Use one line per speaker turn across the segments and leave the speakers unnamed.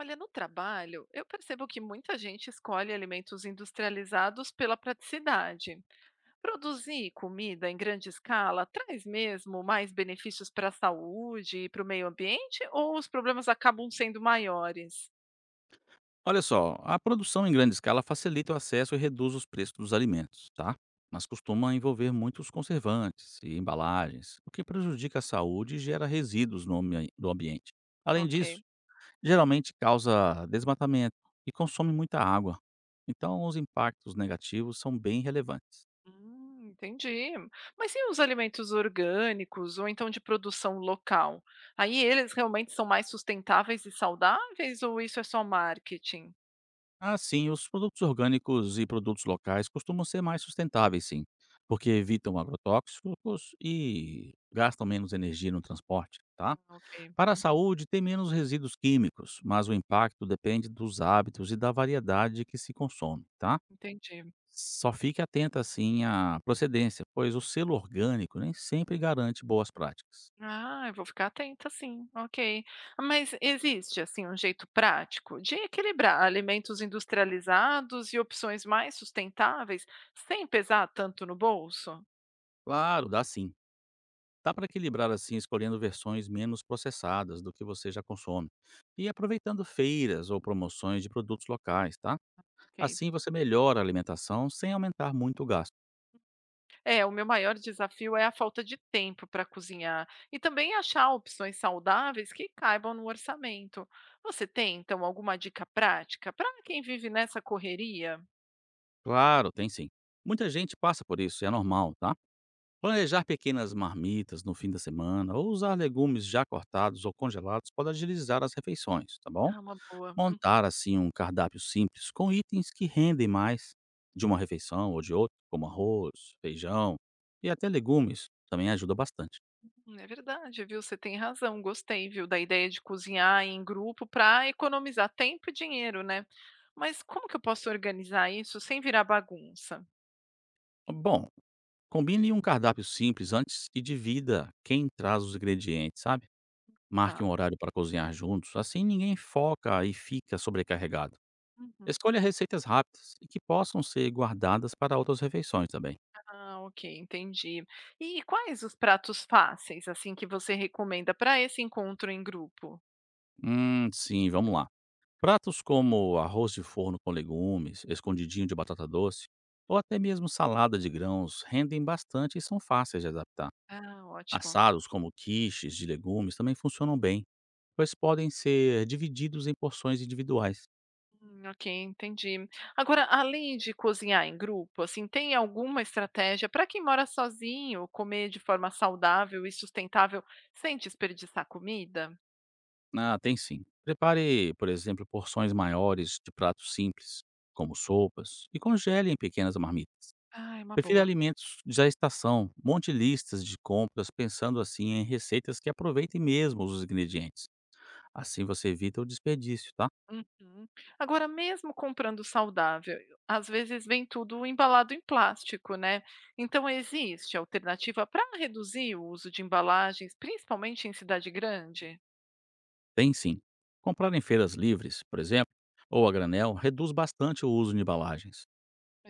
Olha, no trabalho, eu percebo que muita gente escolhe alimentos industrializados pela praticidade. Produzir comida em grande escala traz mesmo mais benefícios para a saúde e para o meio ambiente, ou os problemas acabam sendo maiores?
Olha só, a produção em grande escala facilita o acesso e reduz os preços dos alimentos, tá? Mas costuma envolver muitos conservantes e embalagens, o que prejudica a saúde e gera resíduos no do ambiente. Além
Ok.
disso, geralmente causa desmatamento e consome muita água. Então, os impactos negativos são bem relevantes.
Entendi. Mas e os alimentos orgânicos ou então de produção local? Aí eles realmente são mais sustentáveis e saudáveis, ou isso é só marketing?
Assim, os produtos orgânicos e produtos locais costumam ser mais sustentáveis, sim, porque evitam agrotóxicos e gastam menos energia no transporte, tá?
Ok.
Para a
Uhum.
saúde, tem menos resíduos químicos, mas o impacto depende dos hábitos e da variedade que se consome, tá?
Entendi.
Só fique atento assim à procedência, pois o selo orgânico nem sempre garante boas práticas.
Ah, eu vou ficar atenta sim, ok. Mas existe, assim, um jeito prático de equilibrar alimentos industrializados e opções mais sustentáveis sem pesar tanto no bolso?
Claro, dá sim. Dá para equilibrar assim, escolhendo versões menos processadas do que você já consome e aproveitando feiras ou promoções de produtos locais, tá?
Ok.
Assim você melhora a alimentação sem aumentar muito o gasto.
É, o meu maior desafio é a falta de tempo para cozinhar e também achar opções saudáveis que caibam no orçamento. Você tem, então, alguma dica prática para quem vive nessa correria?
Claro, tem sim. Muita gente passa por isso, é normal, tá? Planejar pequenas marmitas no fim da semana ou usar legumes já cortados ou congelados pode agilizar as refeições, tá bom?
Ah, uma boa.
Montar assim um cardápio simples com itens que rendem mais de uma refeição ou de outra, como arroz, feijão e até legumes, também ajuda bastante.
É verdade, viu, você tem razão. Gostei, viu, da ideia de cozinhar em grupo para economizar tempo e dinheiro, né. Mas como que eu posso organizar isso sem virar bagunça?
Bom, combine um cardápio simples antes e divida quem traz os ingredientes, sabe? Marque
Tá.
um horário para cozinhar juntos, assim ninguém foca e fica sobrecarregado.
Uhum.
Escolha receitas rápidas e que possam ser guardadas para outras refeições também.
Ah, ok, entendi. E quais os pratos fáceis, assim, que você recomenda para esse encontro em grupo?
Sim, vamos lá. Pratos como arroz de forno com legumes, escondidinho de batata doce ou até mesmo salada de grãos rendem bastante e são fáceis de adaptar.
Ah, ótimo.
Assados como quiches de legumes também funcionam bem, pois podem ser divididos em porções individuais.
Ok, entendi. Agora, além de cozinhar em grupo, assim, tem alguma estratégia para quem mora sozinho, comer de forma saudável e sustentável sem desperdiçar comida?
Ah, tem sim. Prepare, por exemplo, porções maiores de pratos simples, como sopas, e congele em pequenas marmitas.
Ah, é uma
Prefira
boa.
alimentos da estação, um monte listas de compras pensando assim em receitas que aproveitem mesmo os ingredientes. Assim você evita o desperdício, tá?
Uhum. Agora, mesmo comprando saudável, às vezes vem tudo embalado em plástico, né? Então, existe alternativa para reduzir o uso de embalagens, principalmente em cidade grande?
Tem sim. Comprar em feiras livres, por exemplo, ou a granel, reduz bastante o uso de embalagens.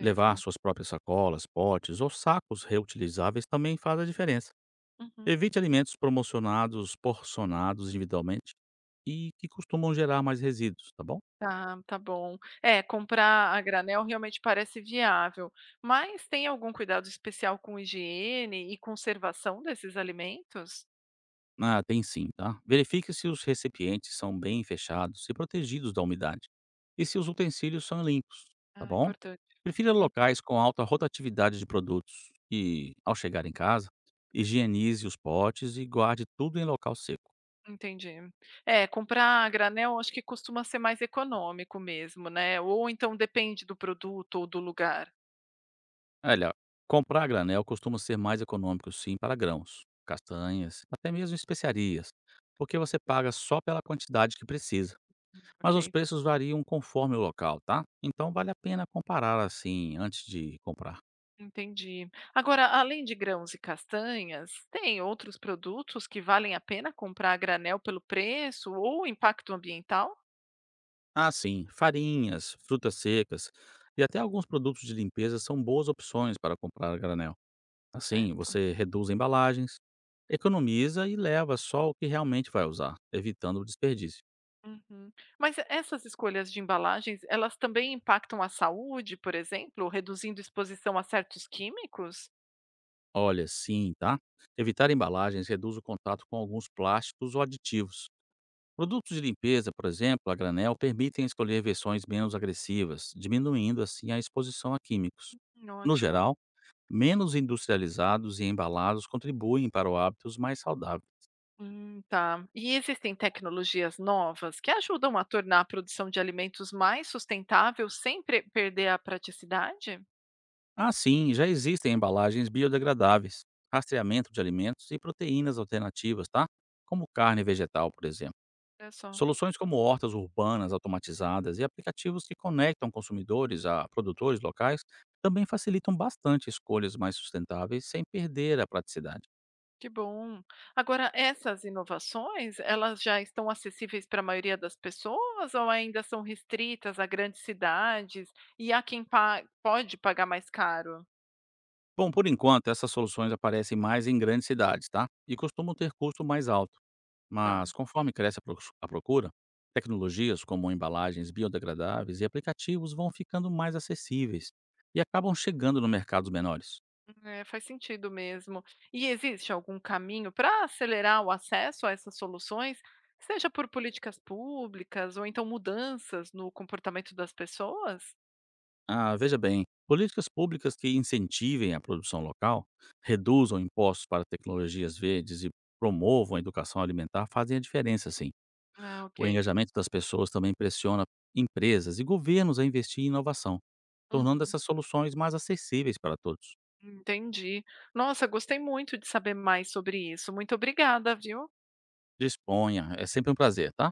Levar suas próprias sacolas, potes ou sacos reutilizáveis também faz a diferença.
Uhum.
Evite alimentos promocionados, porcionados individualmente e que costumam gerar mais resíduos, tá bom?
Tá, tá bom. É, comprar a granel realmente parece viável, mas tem algum cuidado especial com higiene e conservação desses alimentos?
Ah, tem sim, tá? Verifique se os recipientes são bem fechados e protegidos da umidade, e se os utensílios são limpos, tá
Ah,
bom?
importante.
Prefira
Hum,
locais com alta rotatividade de produtos e, ao chegar em casa, higienize os potes e guarde tudo em local seco.
entendi. É, comprar a granel acho que costuma ser mais econômico mesmo, né? Ou então depende do produto ou do lugar.
Olha, comprar a granel costuma ser mais econômico sim para grãos, castanhas, até mesmo especiarias, porque você paga só pela quantidade que precisa. Mas os
Ok,
preços variam conforme o local, tá? Então vale a pena comparar assim antes de comprar.
entendi. Agora, além de grãos e castanhas, tem outros produtos que valem a pena comprar a granel pelo preço ou impacto ambiental?
Ah, sim, farinhas, frutas secas e até alguns produtos de limpeza são boas opções para comprar a granel. Assim,
Certo.
você reduz embalagens, economiza e leva só o que realmente vai usar, evitando o desperdício.
Uhum. Mas essas escolhas de embalagens, elas também impactam a saúde, por exemplo, reduzindo exposição a certos químicos?
Olha, sim, tá? Evitar embalagens reduz o contato com alguns plásticos ou aditivos. Produtos de limpeza, por exemplo, a granel, permitem escolher versões menos agressivas, diminuindo assim a exposição a químicos. No
Ótimo.
geral, menos industrializados e embalados contribuem para o hábitos mais saudável.
Tá. E existem tecnologias novas que ajudam a tornar a produção de alimentos mais sustentável sem perder a praticidade?
Assim, já existem embalagens biodegradáveis, rastreamento de alimentos e proteínas alternativas, tá? Como carne vegetal, por exemplo.
É só.
Soluções como hortas urbanas automatizadas e aplicativos que conectam consumidores a produtores locais também facilitam bastante escolhas mais sustentáveis sem perder a praticidade.
Que bom. Agora, essas inovações, elas já estão acessíveis para a maioria das pessoas ou ainda são restritas a grandes cidades e a quem pode pagar mais caro?
Bom, por enquanto, essas soluções aparecem mais em grandes cidades, tá? E costumam ter custo mais alto.
Tá.
Mas conforme cresce a a procura, tecnologias como embalagens biodegradáveis e aplicativos vão ficando mais acessíveis e acabam chegando no mercados menores.
É, faz sentido mesmo. E existe algum caminho para acelerar o acesso a essas soluções, seja por políticas públicas ou então mudanças no comportamento das pessoas?
Ah, veja bem, políticas públicas que incentivem a produção local, reduzam impostos para tecnologias verdes e promovam a educação alimentar fazem a diferença, sim.
Ah, ok.
O engajamento das pessoas também pressiona empresas e governos a investir em inovação, tornando
Uhum,
essas soluções mais acessíveis para todos.
entendi. Nossa, gostei muito de saber mais sobre isso. Muito obrigada, viu?
Disponha, é sempre um prazer, tá?